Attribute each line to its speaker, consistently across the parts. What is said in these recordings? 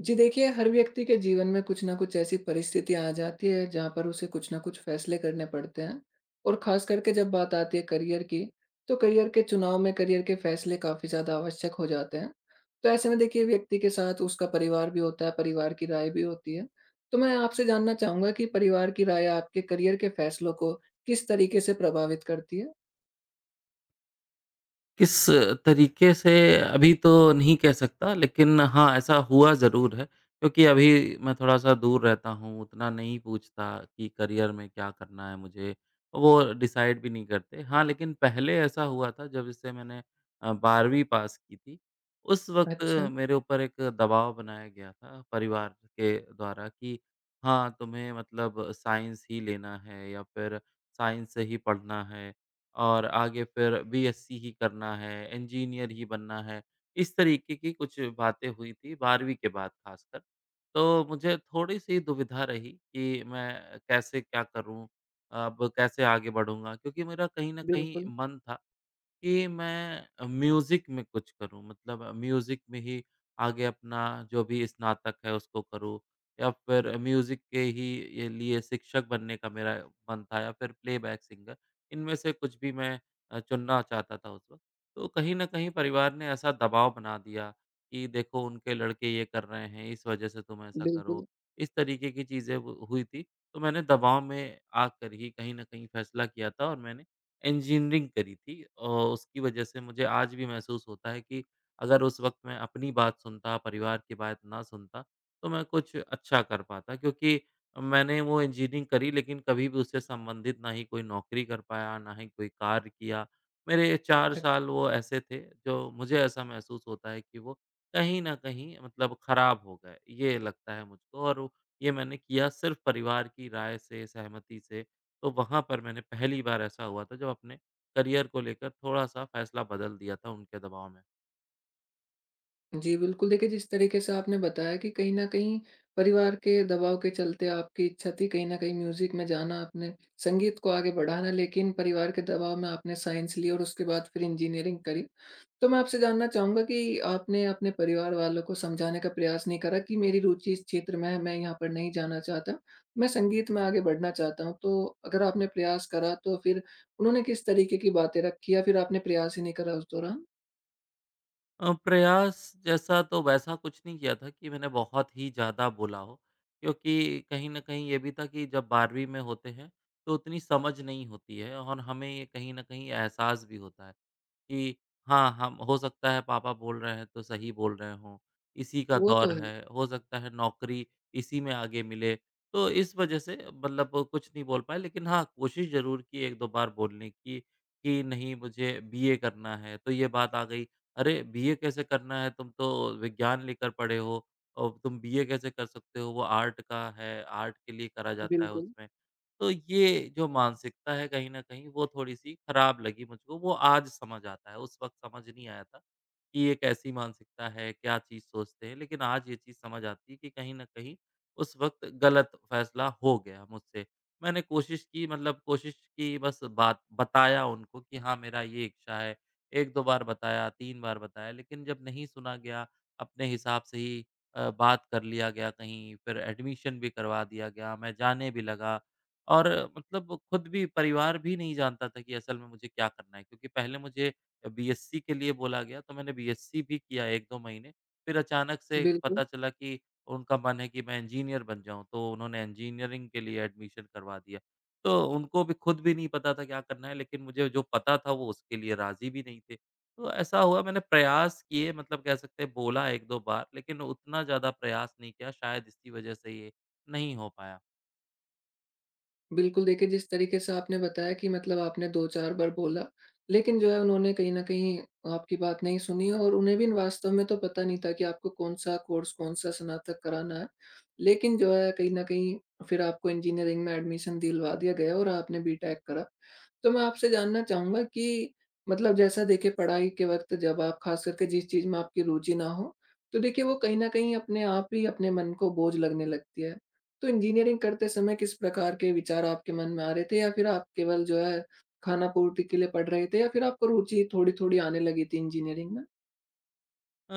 Speaker 1: जी देखिए, हर व्यक्ति के जीवन में कुछ न कुछ ऐसी परिस्थितियाँ आ जाती है जहाँ पर उसे कुछ न कुछ फैसले करने पड़ते हैं। और ख़ास करके जब बात आती है करियर की, तो करियर के चुनाव में करियर के फैसले काफ़ी ज़्यादा आवश्यक हो जाते हैं। तो ऐसे में देखिए व्यक्ति के साथ उसका परिवार भी होता है, परिवार की राय भी होती है। तो मैं आपसे जानना चाहूँगा कि परिवार की राय आपके करियर के फैसलों को किस तरीके से प्रभावित करती है?
Speaker 2: किस तरीके से अभी तो नहीं कह सकता लेकिन हाँ, ऐसा हुआ ज़रूर है क्योंकि अभी मैं थोड़ा-सा दूर रहता हूँ, उतना नहीं पूछता कि करियर में क्या करना है मुझे, वो डिसाइड भी नहीं करते। हाँ, लेकिन पहले ऐसा हुआ था जब इससे मैंने 12वीं पास की थी, उस वक़्त
Speaker 1: अच्छा,
Speaker 2: मेरे ऊपर एक दबाव बनाया गया था परिवार के द्वारा कि हाँ, तुम्हें मतलब साइंस ही लेना है या फिर साइंस से ही पढ़ना है। और आगे फिर बीएससी ही करना है, इंजीनियर ही बनना है। इस तरीके की कुछ बातें हुई थी 12वीं के बाद ख़ासकर। तो मुझे थोड़ी-सी दुविधा रही कि मैं कैसे क्या करूँ? अब कैसे आगे बढ़ूँगा? क्योंकि मेरा कहीं न कहीं
Speaker 1: बिल्कुल,
Speaker 2: मन था कि मैं म्यूज़िक में कुछ करूँ मतलब म्यूज़िक में ही आगे अपना जो भी स्नातक है उसको करूँ या फिर म्यूज़िक के ही ये लिए शिक्षक बनने का मेरा मन था या फिर प्लेबैक सिंगर इनमें से कुछ भी मैं चुनना चाहता था उस वक़्त। तो कहीं न कहीं परिवार ने ऐसा दबाव बना दिया कि देखो उनके लड़के ये कर रहे हैं, इस वज़ह से तुम ऐसा
Speaker 1: बिल्कुल।
Speaker 2: करो। इस तरीके की चीज़ें वो हुई थी। तो मैंने दबाव में आकर ही कहीं न कहीं फैसला किया था और मैंने इंजीनियरिंग करी थी और उसकी वजह से मुझे आज भी महसूस होता है कि अगर उस वक़्त मैं अपनी बात सुनता, परिवार की बात ना सुनता, तो मैं कुछ अच्छा कर पाता क्योंकि मैंने वो इंजीनियरिंग करी लेकिन कभी भी उससे संबंधित ना ही कोई नौकरी कर पाया, ना ही कोई कार्य किया। मेरे 4 साल वो
Speaker 1: अच्छा।
Speaker 2: ऐसे थे जो मुझे ऐसा महसूस होता है कि वो कहीं न कहीं मतलब ख़राब हो गए, ये लगता है मुझको और ये मैंने किया सिर्फ़ परिवार की राय से, सहमति से। तो वहाँ पर मैंने पहली बार ऐसा हुआ था जब अपने करियर को लेकर थोड़ा-सा फ़ैसला बदल दिया था उनके दबाव में।
Speaker 1: जी, बिल्कुल। देखिए, जिस तरीके से आपने बताया कि कहीं न कहीं परिवार के दबाव के चलते आपकी इच्छा थी कहीं न कहीं म्यूज़िक में जाना आपने, संगीत को आगे बढ़ाना लेकिन परिवार के दबाव में आपने साइंस ली और उसके बाद फिर इंजीनियरिंग करी। तो मैं आपसे जानना चाहूँगा कि आपने अपने परिवार वालों को समझाने का प्रयास नहीं करा कि मेरी रुचि इस क्षेत्र में है, मैं यहाँ पर नहीं जाना चाहता, मैं संगीत में आगे बढ़ना चाहता हूँ। तो अगर आपने प्रयास करा तो फिर उन्होंने किस तरीके की बातें रखी या फिर आपने प्रयास ही नहीं करा उस दौरान?
Speaker 2: प्रयास जैसा तो वैसा कुछ नहीं किया था कि मैंने बहुत ही ज़्यादा बोला हो, क्योंकि कहीं न कहीं ये भी था कि जब 12वीं में होते हैं, तो उतनी समझ नहीं होती है और हमें ये कहीं न कहीं एहसास भी होता है। कि हाँ, हम हो सकता है पापा बोल रहे हैं तो सही बोल रहे हों, इसी का
Speaker 1: वो तो
Speaker 2: दौर
Speaker 1: है।
Speaker 2: है, हो सकता है नौकरी इसी में आगे मिले। तो इस वजह से मतलब कुछ नहीं बोल पाए लेकिन हाँ, कोशिश ज़रूर की 1-2 बार बोलने की कि नहीं मुझे बीए करना है, तो ये बात आ गई, "अरे! बीए कैसे करना है? तुम तो विज्ञान लेकर पढ़े हो और तुम बीए कैसे कर सकते हो? वो आर्ट का है, आर्ट के लिए करा जाता है
Speaker 1: बिल्कुल,
Speaker 2: उसमें।" तो ये जो मानसिकता है कहीं न कहीं वो थोड़ी-सी खराब लगी मुझको, वो आज समझ आता है, उस वक़्त समझ नहीं आया था। कि ये कैसी मानसिकता है, क्या चीज़ सोचते हैं। लेकिन आज ये चीज़ समझ आती है कि कहीं न कहीं उस वक़्त गलत फ़ैसला हो गया मुझसे। मैंने कोशिश की मतलब कोशिश की बस बात बताया उनको कि हाँ, मेरा ये इच्छा है। 1-2 बार बताया, 3 बार बताया लेकिन जब नहीं सुना गया, अपने हिसाब से ही बात कर लिया गया कहीं, फिर एडमिशन भी करवा दिया गया, मैं जाने भी लगा। और मतलब खुद भी परिवार भी नहीं जानता था कि असल में मुझे क्या करना है क्योंकि पहले मुझे बीएससी के लिए बोला गया तो मैंने बीएससी भी किया 1-2 महीने। फिर अचानक से
Speaker 1: बिल्कुल।
Speaker 2: पता चला कि उनका मन है कि मैं इंजीनियर बन जाऊँ, तो उन्होंने इंजीनियरिंग के लिए एडमिशन करवा दिया। तो उनको भी खुद भी नहीं पता था क्या करना है, लेकिन मुझे जो पता था वो उसके लिए राज़ी भी नहीं थे। तो ऐसा हुआ मैंने प्रयास किए मतलब कह सकते हैं बोला 1-2 बार, लेकिन उतना ज़्यादा प्रयास नहीं किया शायद इसी वज़ह से ये नहीं हो पाया।
Speaker 1: बिल्कुल, देखिए जिस तरीके से आपने बताया कि मतलब आपने 2-4 बार बोला, लेकिन जो है उन्होंने कहीं न कहीं आपकी बात नहीं सुनी और उन्हें भी वास्तव में तो पता नहीं था कि आपको कौन-सा कोर्स, कौन-सा स्नातक कराना है। लेकिन जो है कहीं न कहीं फिर आपको इंजीनियरिंग में एडमिशन दिलवा दिया गया और आपने बीटेक करा। तो मैं आपसे जानना चाहूँगा कि मतलब जैसा देखिए पढ़ाई के वक़्त जब आप ख़ास करके जिस चीज़ में आपकी रुचि ना हो, तो देखिए वो कहीं न कहीं अपने आप ही अपने मन को बोझ लगने लगती है। तो इंजीनियरिंग करते समय किस प्रकार के विचार आपके मन में आ रहे थे? या फिर आप केवल जो है खाना पूर्ति के लिए पढ़ रहे थे या फिर आपको रुचि थोड़ी-थोड़ी आने लगी थी इंजीनियरिंग में?
Speaker 2: अ,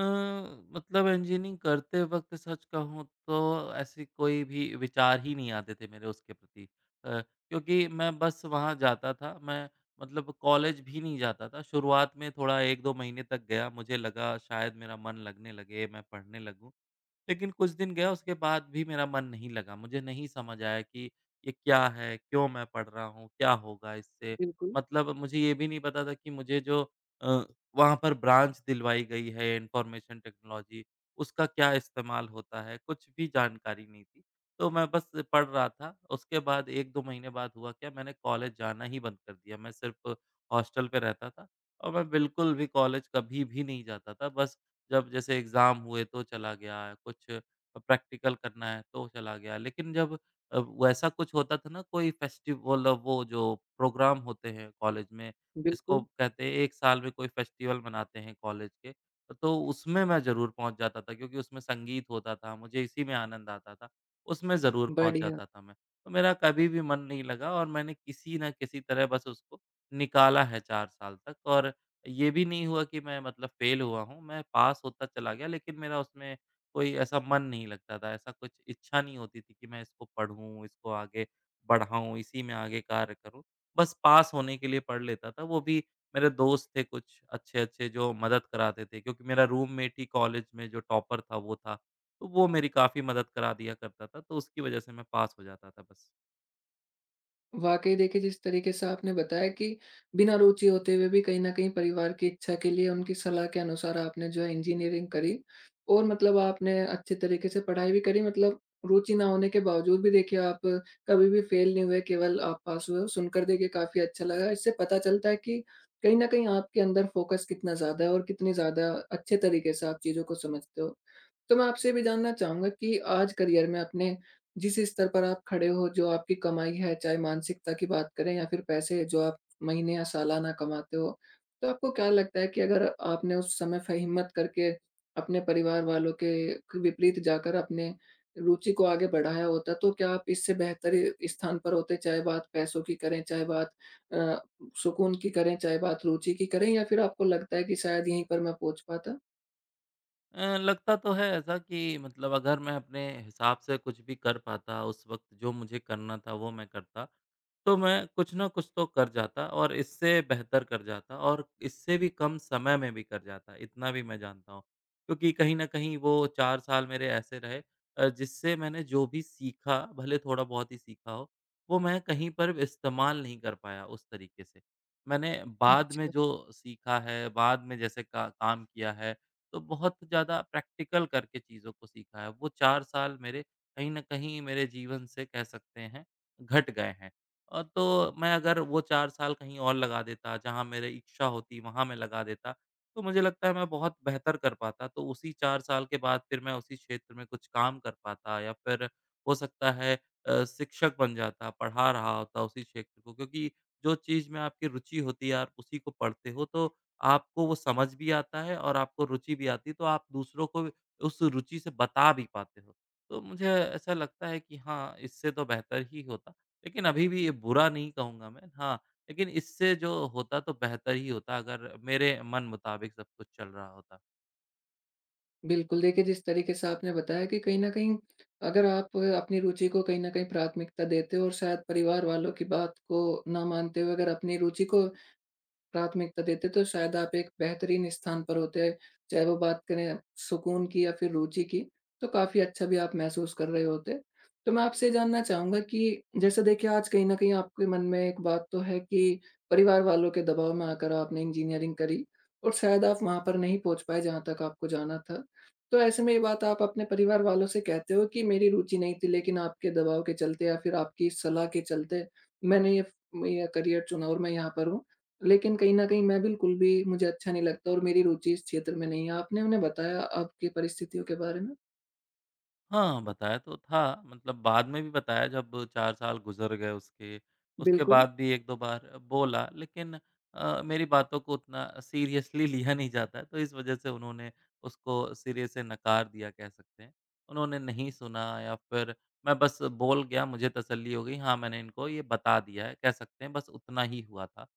Speaker 2: मतलब इंजीनियरिंग करते वक़्त सच कहूँ तो ऐसे कोई भी विचार ही नहीं आते थे मेरे उसके प्रति। अ, क्योंकि मैं बस वहाँ जाता था, मैं मतलब कॉलेज भी नहीं जाता था। शुरुआत में थोड़ा 1-2 महीने तक गया, मुझे लगा शायद मेरा मन लगने लगे, मैं पढ़ने लगूँ। लेकिन कुछ दिन गया उसके बाद भी मेरा मन नहीं लगा। मुझे नहीं समझ आया कि ये क्या है? क्यों मैं पढ़ रहा हूँ? क्या होगा इससे?
Speaker 1: बिल्कुल,
Speaker 2: मतलब मुझे ये भी नहीं पता था कि मुझे जो अ, वहाँ पर ब्रांच दिलवाई गई है इन्फॉर्मेशन टेक्नोलॉजी, उसका क्या इस्तेमाल होता है? कुछ भी जानकारी नहीं थी। तो मैं बस पढ़ रहा था। उसके बाद 1-2 महीने बाद हुआ क्या मैंने कॉलेज जाना ही बंद कर दिया। मैं सिर्फ़ हॉस्टल पे रहता था और मैं बिल्कुल भी कॉलेज कभी भी नहीं जाता था। बस जब जैसे एग्ज़ाम हुए तो चला गया, कुछ प्रैक्टिकल करना है तो चला गया। लेकिन जब वैसा कुछ होता था ना कोई फेस्टिवल वो जो प्रोग्राम होते हैं कॉलेज में, जिसको
Speaker 1: बिल्कुल।
Speaker 2: कहते हैं 1 साल में कोई फेस्टिवल मनाते हैं कॉलेज के, तो उसमें मैं ज़रूर पहुँच जाता था क्योंकि उसमें संगीत होता था, मुझे इसी में आनंद आता था, उसमें ज़रूर पहुँच
Speaker 1: बढ़िया।
Speaker 2: जाता था मैं। तो मेरा कभी भी मन नहीं लगा और मैंने किसी न किसी तरह बस उसको निकाला है 4 साल तक और ये भी नहीं हुआ कि मैं मतलब फ़ेल हुआ हूँ, मैं पास होता चला गया लेकिन मेरा उसमें कोई ऐसा मन नहीं लगता था, ऐसा कुछ इच्छा नहीं होती थी कि मैं इसको पढ़ूँ, इसको आगे बढ़ाऊँ, इसी में आगे कार्य करूँ। बस पास होने के लिए पढ़ लेता था, वो भी मेरे दोस्त थे कुछ अच्छे-अच्छे जो मदद कराते थे क्योंकि मेरा रूममेट ही कॉलेज में जो टॉपर था वो था, तो वो मेरी काफ़ी मदद करा दिया करता था, तो उसकी वज़ह से मैं पास हो जाता था बस।
Speaker 1: वाक़ई देखिए, जिस तरीके से आपने बताया कि बिना रुचि होते हुए भी कहीं न कहीं परिवार की इच्छा के लिए उनकी सलाह के अनुसार आपने जो है इंजीनियरिंग करी और मतलब आपने अच्छे तरीके से पढ़ाई भी करी मतलब रुचि ना होने के बावजूद भी देखिए आप कभी भी फ़ेल नहीं हुए, केवल आप पास हुए हो। सुनकर देखिए काफ़ी अच्छा लगा। इससे पता चलता है कि कहीं न कहीं आपके अंदर फ़ोकस कितना ज़्यादा है और कितनी ज़्यादा अच्छे तरीके से आप चीज़ों को समझते हो। तो मैं आपसे ये भी जानना चाहूँगा कि आज करियर में अपने जिस स्तर पर आप खड़े हो, जो आपकी कमाई है, चाहे मानसिकता की बात करें या फिर पैसे जो आप महीने या सालाना कमाते हो, तो आपको क्या लगता है कि अगर आपने उस समय फ हिम्मत करके अपने परिवार वालों के विपरीत जाकर अपने रुचि को आगे बढ़ाया होता, तो क्या आप इससे बेहतर स्थान पर होते? चाहे बात पैसों की करें, चाहे बात अ, सुकून की करें, चाहे बात रुचि की करें या फिर आपको लगता है कि शायद यहीं पर मैं पहुँच पाता?
Speaker 2: लगता तो है ऐसा कि मतलब अगर मैं अपने हिसाब से कुछ भी कर पाता, उस वक़्त जो मुझे करना था वो मैं करता। तो मैं कुछ ना कुछ तो कर जाता और इससे बेहतर कर जाता और इससे भी कम समय में भी कर जाता, इतना भी मैं जानता हूँ। क्योंकि कहीं न कहीं वो 4 साल मेरे ऐसे रहे जिससे मैंने जो भी सीखा, भले थोड़ा बहुत ही सीखा हो, वो मैं कहीं पर भी इस्तेमाल नहीं कर पाया उस तरीके से। मैंने बाद में
Speaker 1: अच्छा।
Speaker 2: जो सीखा है, बाद में जैसे का काम किया है, तो बहुत ज़्यादा प्रैक्टिकल करके चीज़ों को सीखा है। वो 4 साल मेरे कहीं न कहीं मेरे जीवन से कह सकते हैं, घट गए हैं। तो मैं अगर वो 4 साल कहीं और लगा देता, जहाँ मेरी इच्छा होती वहाँ मैं लगा देता, तो मुझे लगता है मैं बहुत बेहतर कर पाता। तो उसी 4 साल के बाद फिर मैं उसी क्षेत्र में कुछ काम कर पाता या फिर हो सकता है शिक्षक बन जाता, पढ़ा रहा होता उसी क्षेत्र को। क्योंकि जो चीज़ में आपकी रुचि होती है, आप उसी को पढ़ते हो, तो आपको वो समझ भी आता है और आपको रुचि भी आती है, तो आप दूसरों को भी उस रुचि से बता भी पाते हो। तो मुझे ऐसा लगता है कि हाँ, इससे तो बेहतर ही होता। लेकिन अभी भी ये बुरा नहीं कहूँगा मैं, हाँ, लेकिन इससे जो होता तो बेहतर ही होता अगर मेरे मन मुताबिक सब कुछ चल रहा होता।
Speaker 1: बिल्कुल, देखिए जिस तरीके से आपने बताया कि कहीं न कहीं अगर आप अपनी रुचि को कहीं न कहीं प्राथमिकता देते हो और शायद परिवार वालों की बात को ना मानते हुए अगर अपनी रुचि को प्राथमिकता देते, तो शायद आप एक बेहतरीन स्थान पर होते। हैं। चाहे वो बात करें सुकून की या फिर रुचि की, तो काफ़ी अच्छा भी आप महसूस कर रहे होते। तो मैं आपसे ये जानना चाहूँगा कि जैसे देखिए आज कहीं न कहीं आपके मन में एक बात तो है कि परिवार वालों के दबाव में आकर आपने इंजीनियरिंग करी और शायद आप वहाँ पर नहीं पहुँच पाए जहाँ तक आपको जाना था। तो ऐसे में ये बात आप अपने परिवार वालों से कहते हो कि मेरी रुचि नहीं थी लेकिन आपके दबाव के चलते या फिर आपकी सलाह के चलते मैंने ये करियर चुना और मैं यहाँ पर हूँ। लेकिन कहीं न कहीं मैं बिल्कुल भी मुझे अच्छा नहीं लगता और मेरी रुचि इस क्षेत्र में नहीं है। आपने उन्हें बताया आपकी परिस्थितियों के बारे में?
Speaker 2: हाँ, बताया तो था, मतलब बाद में भी बताया जब 4 साल गुज़र गए उसके, उसके
Speaker 1: बिल्कुल,
Speaker 2: बाद भी 1-2 बार बोला लेकिन मेरी बातों को उतना सीरियसली लिया नहीं जाता है, तो इस वज़ह से उन्होंने उसको सिरे से नकार दिया कह सकते हैं। उन्होंने नहीं सुना या फिर मैं बस बोल गया, मुझे तसल्ली हो गई, हाँ, मैंने इनको ये बता दिया है, कह सकते हैं बस उतना ही हुआ था।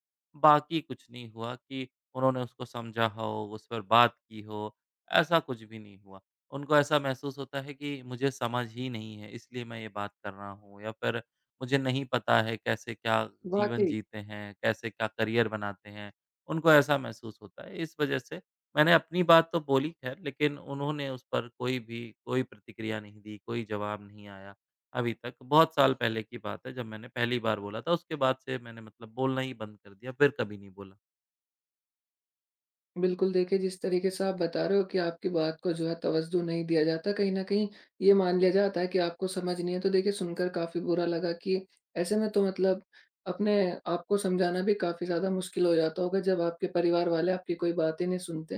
Speaker 2: बाकी कुछ नहीं हुआ कि उन्होंने उसको समझा हो, उस पर बात की हो, ऐसा कुछ भी नहीं हुआ। उनको ऐसा महसूस होता है कि मुझे समझ ही नहीं है, इसलिए मैं ये बात कर रहा हूँ या फिर मुझे नहीं पता है कैसे क्या जीवन
Speaker 1: वाक़ई।
Speaker 2: जीते हैं, कैसे क्या करियर बनाते हैं, उनको ऐसा महसूस होता है। इस वजह से मैंने अपनी बात तो बोली ख़ैर लेकिन उन्होंने उस पर कोई भी कोई प्रतिक्रिया नहीं दी, कोई जवाब नहीं आया अभी तक। बहुत साल पहले की बात है जब मैंने पहली बार बोला था, उसके बाद से मैंने मतलब बोलना ही बंद कर दिया, फिर कभी नहीं बोला।
Speaker 1: बिल्कुल, देखिए जिस तरीके से आप बता रहे हो कि आपकी बात को जो है तवज्जो नहीं दिया जाता, कहीं न कहीं ये मान लिया जाता है कि आपको समझ नहीं है। तो देखिए सुनकर काफ़ी बुरा लगा कि ऐसे में तो मतलब अपने आप को समझाना भी काफ़ी ज़्यादा मुश्किल हो जाता होगा जब आपके परिवार वाले आपकी कोई बात ही नहीं सुनते।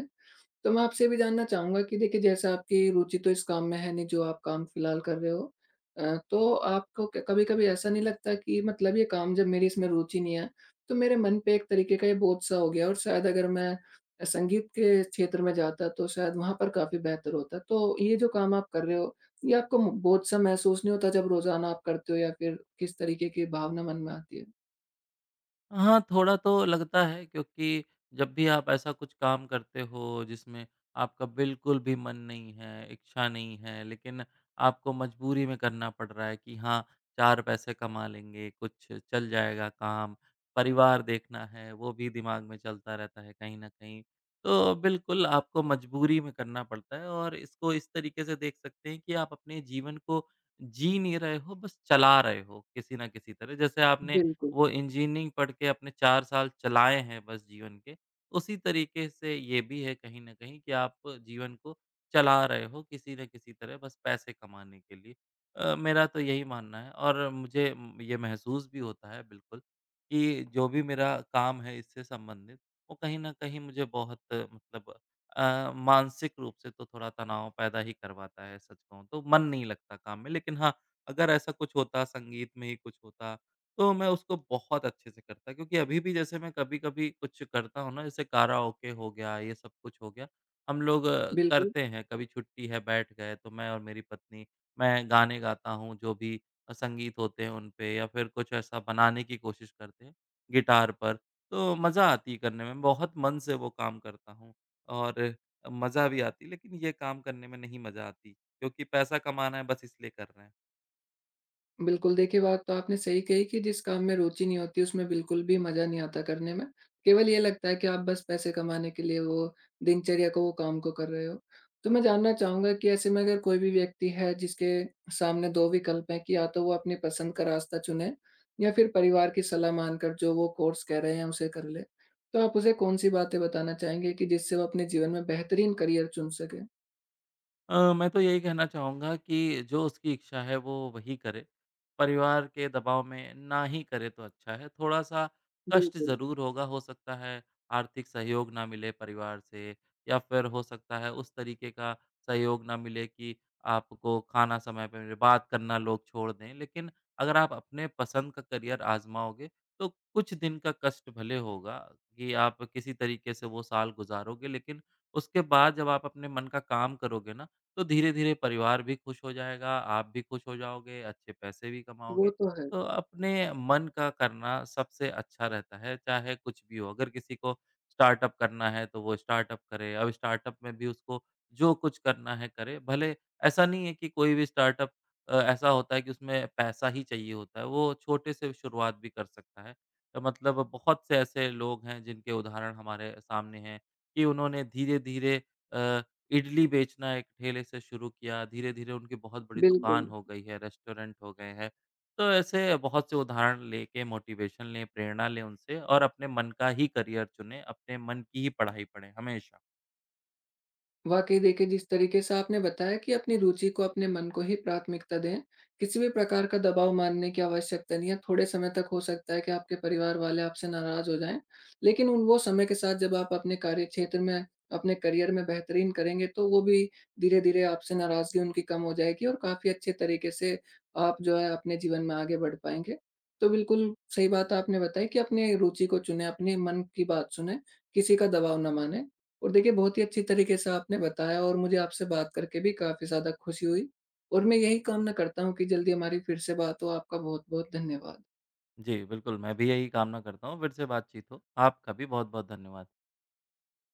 Speaker 1: तो मैं आपसे ये भी जानना चाहूँगा कि देखिए जैसे आपकी रुचि तो इस काम में है नहीं जो आप काम फ़िलहाल कर रहे हो। तो आपको क कभी-कभी ऐसा नहीं लगता कि मतलब ये काम जब मेरी इसमें रुचि नहीं है, तो मेरे मन पे एक तरीके का ये बोझ-सा हो गया और शायद अगर मैं संगीत के क्षेत्र में जाता तो शायद वहाँ पर काफ़ी बेहतर होता। तो ये जो काम आप कर रहे हो, ये आपको म बोझ-सा महसूस नहीं होता जब रोज़ाना आप करते हो या फिर किस तरीके की भावना मन में आती है?
Speaker 2: हाँ, थोड़ा तो लगता है क्योंकि जब भी आप ऐसा कुछ काम करते हो जिसमें आपका बिल्कुल भी मन नहीं है, इच्छा नहीं है, लेकिन आपको मजबूरी में करना पड़ रहा है कि हाँ, 4 पैसे कमा लेंगे, कुछ चल जाएगा काम, परिवार देखना है, वो भी दिमाग में चलता रहता है कहीं न कहीं। तो बिल्कुल आपको मजबूरी में करना पड़ता है और इसको इस तरीके से देख सकते हैं कि आप अपने जीवन को जी नहीं रहे हो, बस चला रहे हो किसी न किसी तरह। जैसे आपने
Speaker 1: बिल्कुल,
Speaker 2: वो इंजीनियरिंग पढ़ के अपने 4 साल चलाए हैं बस जीवन के, उसी तरीके से ये भी है कहीं न कहीं कि आप जीवन को चला रहे हो किसी न किसी तरह बस पैसे कमाने के लिए। मेरा तो यही मानना है और मुझे ये महसूस भी होता है बिल्कुल कि जो भी मेरा काम है इससे संबंधित, वो कहीं न कहीं मुझे बहुत मतलब मानसिक रूप से तो थोड़ा तनाव पैदा ही करवाता है सच कहूँ तो, मन नहीं लगता काम में। लेकिन हाँ, अगर ऐसा कुछ होता संगीत में ही कुछ होता तो मैं उसको बहुत अच्छे से करता क्योंकि अभी भी जैसे मैं कभी-कभी कुछ करता हूँ ना जैसे कराओके हो गया, ये सब कुछ हो गया। हम लोग
Speaker 1: बिल्कुल।
Speaker 2: करते हैं, कभी छुट्टी है बैठ गए तो मैं और मेरी पत्नी, मैं गाने गाता हूँ जो भी संगीत होते हैं उन पे या फिर कुछ ऐसा बनाने की कोशिश करते हैं गिटार पर। तो मज़ा आती है करने में, बहुत मन से वो काम करता हूँ और मज़ा भी आती है लेकिन ये काम करने में नहीं मज़ा आती क्योंकि पैसा कमाना है बस इसलिए कर रहे हैं।
Speaker 1: बिल्कुल, देखिए बात तो आपने सही कही कि जिस काम में रुचि नहीं होती उसमें बिल्कुल भी मज़ा नहीं आता करने में। केवल ये लगता है कि आप बस पैसे कमाने के लिए वो दिनचर्या को, वो काम को कर रहे हो। तो मैं जानना चाहूँगा कि ऐसे में अगर कोई भी व्यक्ति है जिसके सामने 2 विकल्प हैं कि या तो वो अपनी पसंद का रास्ता चुने या फिर परिवार की सलाह मानकर जो वो कोर्स कह रहे हैं उसे कर ले। तो आप उसे कौन-सी बातें बताना चाहेंगे कि जिससे वो अपने जीवन में बेहतरीन करियर चुन सके?
Speaker 2: मैं तो यही कहना चाहूँगा कि जो उसकी इच्छा है वो वही करे। परिवार के दबाव में ना ही करे तो अच्छा है। थोड़ा-सा कष्ट
Speaker 1: बिल्कुल,
Speaker 2: ज़रूर होगा, हो सकता है आर्थिक सहयोग ना मिले परिवार से या फिर हो सकता है उस तरीके का सहयोग ना मिले कि आपको खाना समय पे मिले, बात करना लोग छोड़ दें। लेकिन अगर आप अपने पसंद का करियर आज़माओगे तो कुछ दिन का कष्ट भले होगा कि आप किसी तरीके से वो साल गुज़ारोगे लेकिन उसके बाद जब आप अपने मन का काम करोगे ना तो धीरे-धीरे परिवार भी खुश हो जाएगा, आप भी खुश हो जाओगे, अच्छे पैसे भी
Speaker 1: वो
Speaker 2: कमाओगे।
Speaker 1: तो है।
Speaker 2: तो अपने मन का करना सबसे अच्छा रहता है, चाहे कुछ भी हो। अगर किसी को स्टार्टअप करना है तो वो स्टार्टअप करे, अब स्टार्टअप में भी उसको जो कुछ करना है करे। भले ऐसा नहीं है कि कोई भी स्टार्टअप ऐसा होता है कि उसमें पैसा ही चाहिए होता है, वो छोटे से शुरुआत भी कर सकता है। तो मतलब बहुत से ऐसे लोग हैं जिनके उदाहरण हमारे सामने हैं कि उन्होंने धीरे-धीरे अ इडली बेचना एक ठेले से शुरू किया, धीरे-धीरे उनकी बहुत बड़ी दुकान
Speaker 1: बिल्कुल।
Speaker 2: हो गई है, रेस्टोरेंट हो गए हैं। तो ऐसे बहुत से उदाहरण लेके मोटिवेशन लें, प्रेरणा लें उनसे और अपने मन का ही करियर चुनें, अपने मन की ही पढ़ाई पढ़ें हमेशा।
Speaker 1: वाकई देखिए, जिस तरीके से आपने बताया कि अपनी रुचि को, अपने मन को ही प्राथमिकता दें। किसी भी प्रकार का दबाव मानने की आवश्यकता नहीं है। थोड़े समय तक हो सकता है कि आपके परिवार वाले आपसे नाराज हो जाएं, लेकिन उन वो समय के साथ जब आप अपने कार्य क्षेत्र में, अपने करियर में बेहतरीन करेंगे, तो वो भी धीरे धीरे आपसे नाराजगी उनकी कम हो जाएगी और काफी अच्छे तरीके से आप जो है अपने जीवन में आगे बढ़ पाएंगे। तो बिल्कुल सही बात आपने बताई कि अपने रुचि को चुने, अपने मन की बात सुने, किसी का दबाव ना माने। और देखिए बहुत ही अच्छी तरीके से आपने बताया और मुझे आपसे बात करके भी काफ़ी ज़्यादा खुशी हुई और मैं यही कामना करता हूँ कि जल्दी हमारी फिर से बात हो। आपका बहुत-बहुत धन्यवाद।
Speaker 2: जी, बिल्कुल मैं भी यही कामना करता हूँ, फिर से बातचीत हो। आपका भी बहुत-बहुत धन्यवाद।